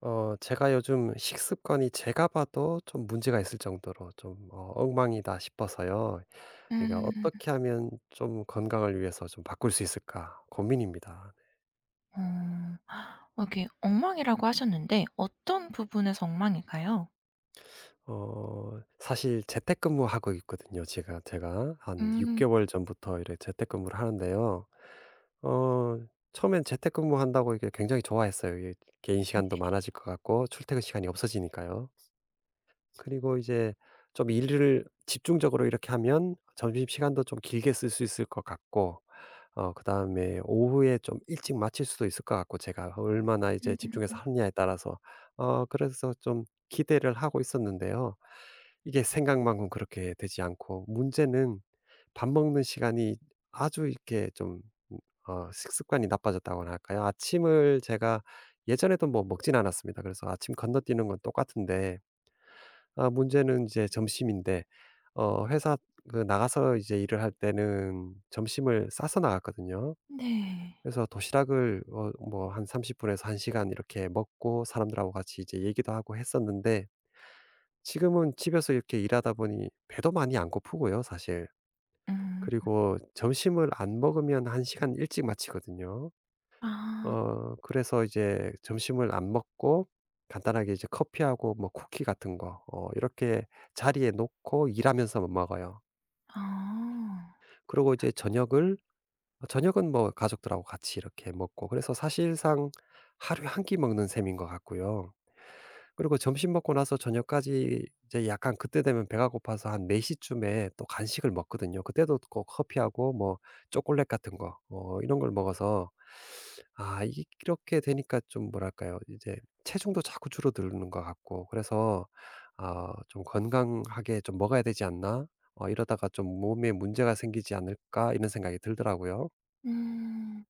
제가 요즘 식습관이 제가 봐도 좀 문제가 있을 정도로 좀 엉망이다 싶어서요. 이게 음. '어떻게 하면 좀 건강을 위해서 좀 바꿀 수 있을까?' 고민입니다. 어. 어 이렇게 엉망이라고 하셨는데 어떤 부분에서 엉망일까요? 사실 재택근무하고 있거든요 제가. 한 6 음. 개월 전부터 이렇게 재택근무를 하는데요. 어 처음엔 재택근무한다고 이게 굉장히 좋아했어요. 이게 개인 시간도 많아질 것 같고, 출퇴근 시간이 없어지니까요. 그리고 이제 좀 일을 집중적으로 이렇게 하면 점심시간도 좀 길게 쓸 수 있을 것 같고, 그다음에 오후에 좀 일찍 마칠 수도 있을 것 같고, 제가 얼마나 이제 음 집중해서 하느냐에 따라서 그래서 좀 기대를 하고 있었는데요. 이게 생각만큼 그렇게 되지 않고, 문제는 밥 먹는 시간이 아주 이렇게 좀, 음 식습관이 나빠졌다고나 할까요? 아침을 제가 예전에도 뭐 먹진 않았습니다. 그래서 아침 건너뛰는 건 똑같은데, 아 문제는 이제 점심인데, 회사 그 나가서 이제 일을 할 때는 점심을 싸서 나갔거든요. 네. 그래서 도시락을 뭐 한 30 분에서 1 시간 이렇게 먹고, 사람들하고 같이 이제 얘기도 하고 했었는데, 지금은 집에서 이렇게 일하다 보니 배도 많이 안 고프고요, 사실. 음. 그리고 점심을 안 먹으면 1 시간 일찍 마치거든요. 아. 그래서 이제 점심을 안 먹고, 간단하게 이제 커피하고 뭐 쿠키 같은 거 이렇게 자리에 놓고 일하면서 먹어요. 아. 그러고 이제 저녁을 저녁은 뭐 가족들하고 같이 이렇게 먹고, 그래서 사실상 하루에 한 끼 먹는 셈인 것 같고요. 그리고 점심 먹고 나서 저녁까지 이제 약간 그때 되면 배가 고파서 한 4 시쯤에 또 간식을 먹거든요. 그때도 꼭 커피하고 뭐 초콜릿 같은 거 이런 걸 먹어서, 아 이 이렇게 되니까 좀 뭐랄까요? 이제 체중도 자꾸 줄어드는 것 같고, 그래서 아 '좀 건강하게 좀 먹어야 되지 않나? 이러다가 좀 몸에 문제가 생기지 않을까?' 이런 생각이 들더라고요. 음.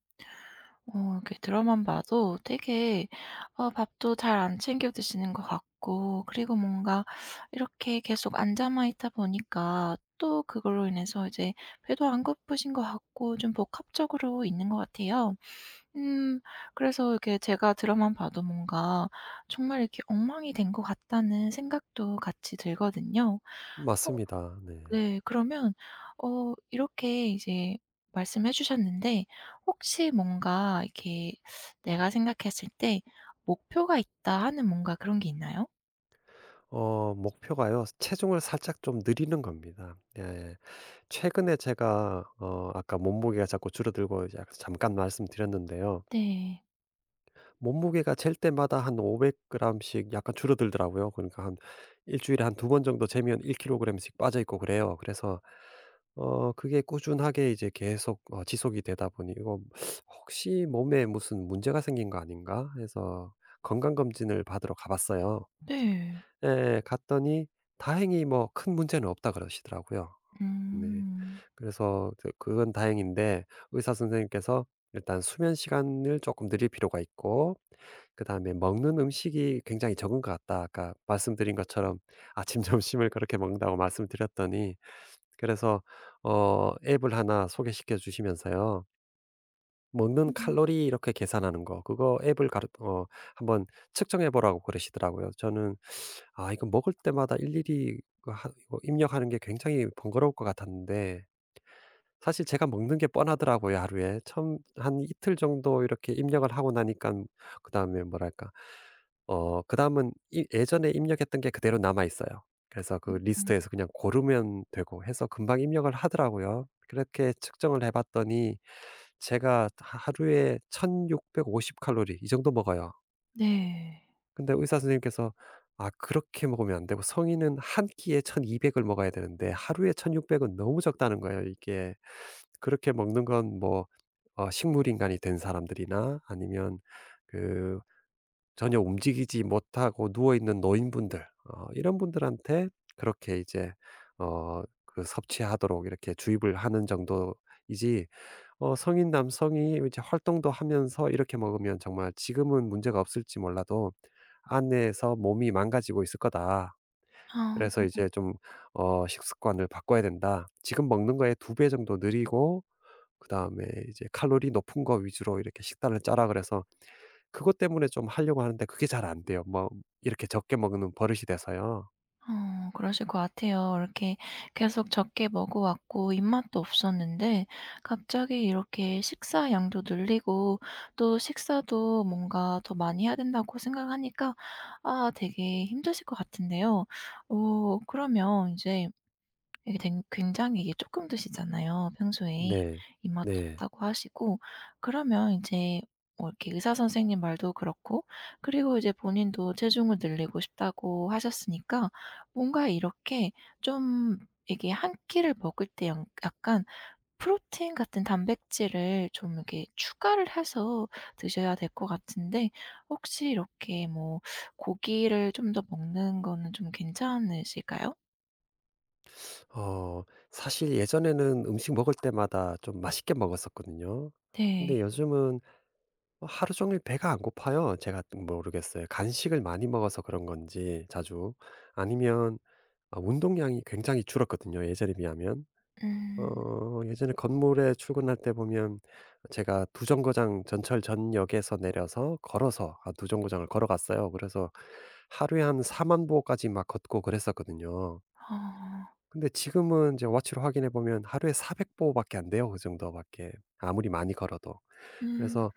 어 이렇게 들어만 봐도 되게 어 밥도 잘 안 챙겨 드시는 것 같고 그리고 뭔가 이렇게 계속 앉아만 있다 보니까 또 그걸로 인해서 이제 배도 안 고프신 것 같고 좀 복합적으로 있는 것 같아요. 음. 그래서 이렇게 제가 드라마만 봐도 뭔가 정말 이렇게 엉망이 된 것 같다는 생각도 같이 들거든요. 어 맞습니다. 네. 네. 그러면 어 이렇게 이제 말씀해 주셨는데 혹시 뭔가 이렇게 내가 생각했을 때 '목표가 있다.' 하는 뭔가 그런 게 있나요? 목표가요. 체중을 살짝 좀 늘리는 겁니다. 예. 예. 최근에 제가 아까 몸무게가 자꾸 줄어들고 이제 아까 잠깐 말씀드렸는데요. 네. 몸무게가 잴 때마다 한 500g 씩 약간 줄어들더라고요. 그러니까 한 일 주일에 한 두 번 정도 재면 1kg 씩 빠져 있고 그래요. 그래서 그게 꾸준하게 이제 계속 지속이 되다 보니 '이거 혹시 몸에 무슨 문제가 생긴 거 아닌가?' 해서 건강 검진을 받으러 가 봤어요. 네. 예. 갔더니 다행히 뭐 큰 문제는 없다 그러시더라고요. 네. 음. 그래서 그건 다행인데, 의사 선생님께서 일단 수면 시간을 조금 늘릴 필요가 있고, 그다음에 먹는 음식이 굉장히 적은 것 같다. 아까 말씀드린 것처럼 아침 점심을 그렇게 먹는다고 말씀드렸더니. 그래서 앱을 하나 소개시켜 주시면서요. 먹는 음음. 칼로리 이렇게 계산하는 거, 그거 앱을 가르 어 한번 측정해 보라고 그러시더라고요. 저는 아 이거 먹을 때마다 일일이 그 하 이거 입력하는 게 굉장히 번거로울 것 같았는데, 사실 제가 먹는 게 뻔하더라고요 하루에. 처음 한 이틀 정도 이렇게 입력을 하고 나니깐, 그다음에 뭐랄까 그다음은 예전에 입력했던 게 그대로 남아 있어요. 그래서 그 리스트에서 그냥 고르면 되고 해서 금방 입력을 하더라고요. 그렇게 측정을 해 봤더니 제가 하 하루에 1,650 칼로리 이 정도 먹어요. 네. 근데 의사 선생님께서 "아 그렇게 먹으면 안 되고, 성인은 한 끼에 1,200을 먹어야 되는데 하루에 1,600은 너무 적다는 거예요, 이게. 그렇게 먹는 건 뭐 식물 인간이 된 사람들이나, 아니면 그 전혀 움직이지 못하고 누워 있는 노인분들, 이런 분들한테 그렇게 이제 어 섭취하도록 이렇게 주입을 하는 정도이지, 성인 남성이 이제 활동도 하면서 이렇게 먹으면 정말 지금은 문제가 없을지 몰라도 안에서 몸이 망가지고 있을 거다. 아. 그래서 이제 좀 '식습관을 바꿔야 된다.' 지금 먹는 거에 두 배 정도 늘리고, 그다음에 이제 '칼로리 높은 거 위주로 이렇게 식단을 짜라.' 그래서 그것 때문에 좀 하려고 하는데 그게 잘 안 돼요. 뭐 이렇게 적게 먹는 버릇이 돼서요. 어 그러실 것 같아요. 이렇게 계속 적게 먹어 왔고 입맛도 없었는데 갑자기 이렇게 식사 양도 늘리고 또 식사도 뭔가 더 많이 해야 된다고 생각하니까 아 되게 힘드실 것 같은데요. 어 그러면 이제 이게 된 굉장히 이게 조금 드시잖아요 평소에. 네. 입맛 네. 없다고 하시고 그러면 이제 뭐 이렇게 의사 선생님 말도 그렇고 그리고 이제 본인도 체중을 늘리고 싶다고 하셨으니까 뭔가 이렇게 좀 이게 한 끼를 먹을 때 양 약간 프로틴 같은 단백질을 좀 이렇게 추가를 해서 드셔야 될 것 같은데 혹시 이렇게 뭐 고기를 좀 더 먹는 거는 좀 괜찮으실까요? 어 사실 예전에는 음식 먹을 때마다 좀 맛있게 먹었었거든요. 네. 근데 요즘은 하루 종일 배가 안 고파요. 제가 모르겠어요. 간식을 많이 먹어서 그런 건지 자주, 아니면 아 운동량이 굉장히 줄었거든요, 예전에 비하면. 음. 예전에 건물에 출근할 때 보면 제가 두 정거장, 전철 전역에서 내려서 걸어서, 아 두 정거장을 걸어갔어요. 그래서 하루에 한4만 보까지 막 걷고 그랬었거든요. 어. 근데 지금은 이제 워치로 확인해 보면 하루에 400 보밖에 안 돼요, 그 정도밖에. 아무리 많이 걸어도. 음. 그래서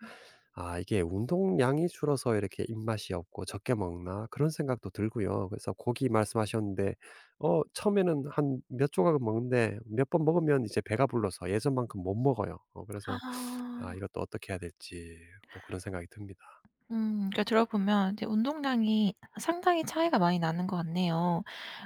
아 이게 '운동량이 줄어서 이렇게 입맛이 없고 적게 먹나?' 그런 생각도 들고요. 그래서 고기 말씀하셨는데 처음에는 한 몇 조각은 먹는데, 몇 번 먹으면 이제 배가 불러서 예전만큼 못 먹어요. 그래서 '아 아. 이것도 어떻게 해야 될지.' 또 그런 생각이 듭니다. 음. 그러니까 들어보면 이제 운동량이 상당히 차이가 많이 나는 것 같네요.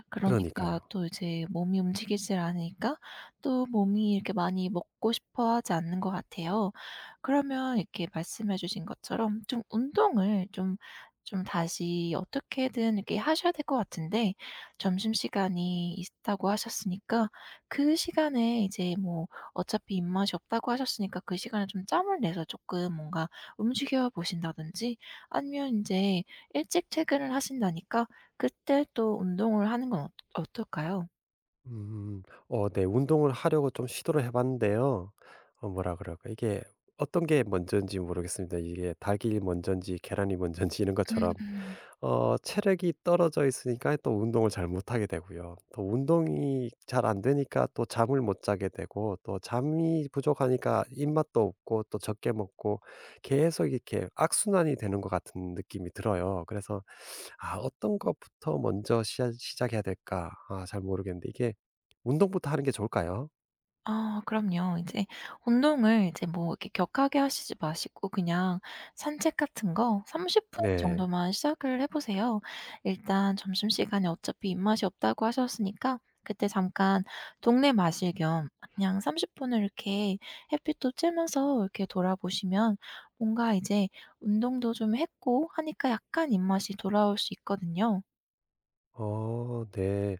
그러니까 그러니까요. 또 이제 몸이 움직이질 않으니까 또 몸이 이렇게 많이 먹고 싶어 하지 않는 것 같아요. 그러면 이렇게 말씀해 주신 것처럼 좀 운동을 좀 다시 어떻게든 이렇게 하셔야 될 것 같은데 점심시간이 있다고 하셨으니까 그 시간에 이제 뭐 어차피 입맛이 없다고 하셨으니까 그 시간에 좀 짬을 내서 조금 뭔가 움직여 보신다든지 아니면 이제 일찍 퇴근을 하신다니까 그때 또 운동을 하는 건 어떨까요? 음. 네. 운동을 하려고 좀 시도를 해 봤는데요. 뭐라 그럴까, 이게 어떤 게 먼저인지 모르겠습니다. 이게 닭이 먼저인지 계란이 먼저인지 이런 것처럼, 음. 체력이 떨어져 있으니까 또 운동을 잘 못하게 되고요. 또 운동이 잘 안 되니까 또 잠을 못 자게 되고, 또 잠이 부족하니까 입맛도 없고 또 적게 먹고, 계속 이렇게 악순환이 되는 것 같은 느낌이 들어요. 그래서 '아 어떤 것부터 먼저 시 시작해야 될까?' 아 잘 모르겠는데, 이게 운동부터 하는 게 좋을까요? 아 그럼요. 이제 운동을 이제 뭐 이렇게 격하게 하시지 마시고 그냥 산책 같은 거 30분 네. 정도만 시작을 해 보세요. 일단 점심시간에 어차피 입맛이 없다고 하셨으니까 그때 잠깐 동네 마실 겸 그냥 30 분을 이렇게 햇빛도 쬐면서 이렇게 돌아보시면 뭔가 이제 운동도 좀 했고 하니까 약간 입맛이 돌아올 수 있거든요. 네.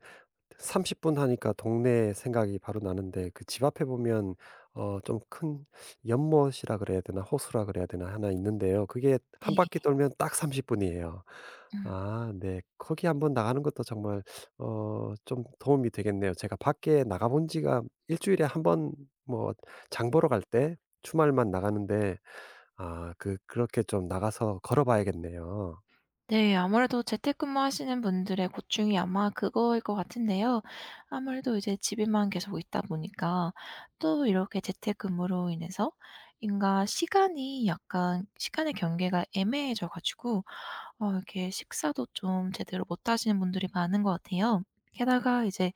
30분 하니까 동네 생각이 바로 나는데, 그 집 앞에 보면 좀 큰 연못이라 그래야 되나 호수라 그래야 되나 하나 있는데요. 그게 한 바퀴 네. 돌면 딱 30 분이에요. 음. 아 네. 거기 한번 나가는 것도 정말 좀 도움이 되겠네요. 제가 밖에 나가 본 지가 일 주일에 한 번, 뭐 장 보러 갈 때 주말만 나가는데, 아 그렇게 좀 나가서 걸어 봐야겠네요. 네. 아무래도 재택근무하시는 분들의 고충이 아마 그거일 것 같은데요. 아무래도 이제 집에만 계속 있다 보니까 또 이렇게 재택근무로 인해서 인가 시간이 약간 시간의 경계가 애매해져 가지고 어 이렇게 식사도 좀 제대로 못 하시는 분들이 많은 것 같아요. 게다가 이제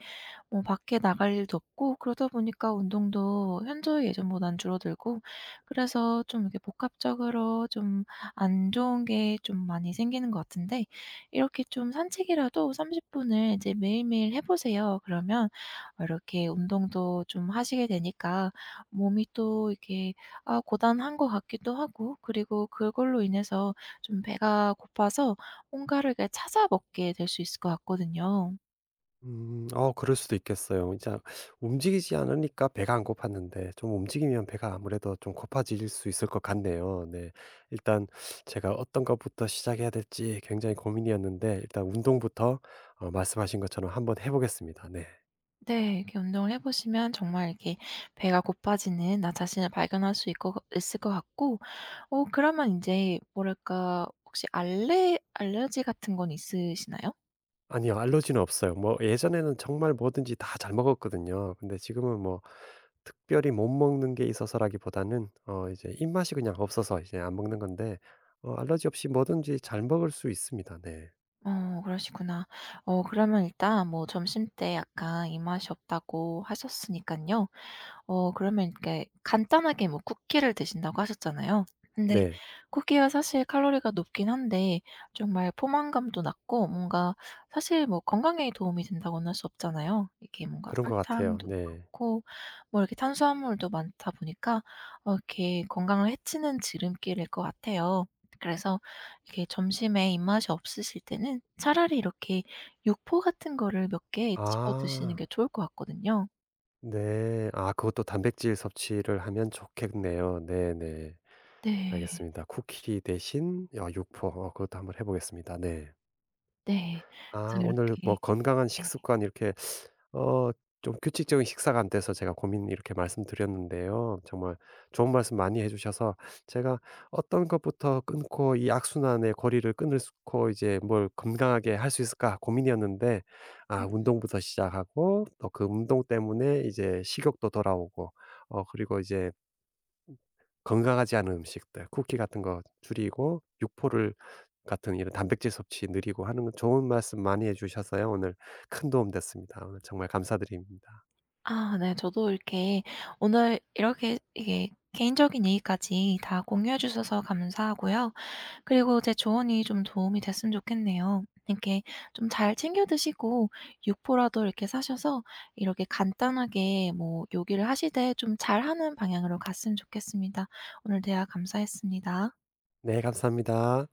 뭐 밖에 나갈 일도 없고 그러다 보니까 운동도 현저히 예전보단 줄어들고 그래서 좀 이렇게 복합적으로 좀 안 좋은 게 좀 많이 생기는 것 같은데 이렇게 좀 산책이라도 30 분을 이제 매일매일 해 보세요. 그러면 어 이렇게 운동도 좀 하시게 되니까 몸이 또 이렇게 아 고단한 것 같기도 하고 그리고 그걸로 인해서 좀 배가 고파서 뭔가를 이렇게 찾아 먹게 될 수 있을 것 같거든요. 음. 그럴 수도 있겠어요. 이제 움직이지 않으니까 배가 안 고팠는데, 좀 움직이면 배가 아무래도 좀 고파질 수 있을 것 같네요. 네. 일단 제가 어떤 것부터 시작해야 될지 굉장히 고민이었는데, 일단 운동부터 말씀하신 것처럼 한번 해 보겠습니다. 네. 네. 이렇게 운동을 해 보시면 정말 이렇게 배가 고파지는 나 자신을 발견할 수 있고 있을 것 같고 어 그러면 이제 뭐랄까 혹시 알레르기 같은 건 있으시나요? 아니요. 알러지는 없어요. 뭐 예전에는 정말 뭐든지 다 잘 먹었거든요. 근데 지금은 뭐 특별히 못 먹는 게 있어서라기보다는 이제 입맛이 그냥 없어서 이제 안 먹는 건데, 알러지 없이 뭐든지 잘 먹을 수 있습니다. 네. 어 그러시구나. 어 그러면 일단 뭐 점심때 약간 입맛이 없다고 하셨으니깐요. 어 그러면 이렇게 간단하게 뭐 쿠키를 드신다고 하셨잖아요. 근데 네. 쿠키가 사실 칼로리가 높긴 한데 정말 포만감도 낮고 뭔가 사실 뭐 건강에 도움이 된다고는 할 수 없잖아요. 이게 뭔가 그런 것 같아요. 설탕도 네. 많고 뭐 이렇게 탄수화물도 많다 보니까 어 이렇게 건강을 해치는 지름길일 것 같아요. 그래서 이렇게 점심에 입맛이 없으실 때는 차라리 이렇게 육포 같은 거를 몇 개 집어 드시는 아. 게 좋을 것 같거든요. 네. 아 그것도 단백질 섭취를 하면 좋겠네요. 네네. 네. 알겠습니다. 쿠키 대신 아 육포, 그것도 한번 해 보겠습니다. 네. 네. 아 그래서 오늘 뭐 이렇게 건강한 네. 식습관 이렇게, 어 좀 규칙적인 식사가 안 돼서 제가 고민 이렇게 말씀드렸는데요. 정말 좋은 말씀 많이 해 주셔서, 제가 어떤 것부터 끊고 이 악순환의 거리를 끊고 이제 뭘 건강하게 할 수 있을까 고민이었는데, 아 운동부터 시작하고 또 그 운동 때문에 이제 식욕도 돌아오고, 그리고 이제 건강하지 않은 음식들, 쿠키 같은 거 줄이고 육포를 같은 이런 단백질 섭취 느리고 하는 건, 좋은 말씀 많이 해 주셔서요. 오늘 큰 도움 됐습니다. 오늘 정말 감사드립니다. 아 네. 저도 이렇게 오늘 이렇게 이게 개인적인 얘기까지 다 공유해 주셔서 감사하고요. 그리고 제 조언이 좀 도움이 됐으면 좋겠네요. 이렇게 좀 잘 챙겨 드시고 육포라도 이렇게 사셔서 이렇게 간단하게 뭐 요기를 하시되 좀 잘하는 방향으로 갔으면 좋겠습니다. 오늘 대화 감사했습니다. 네, 감사합니다.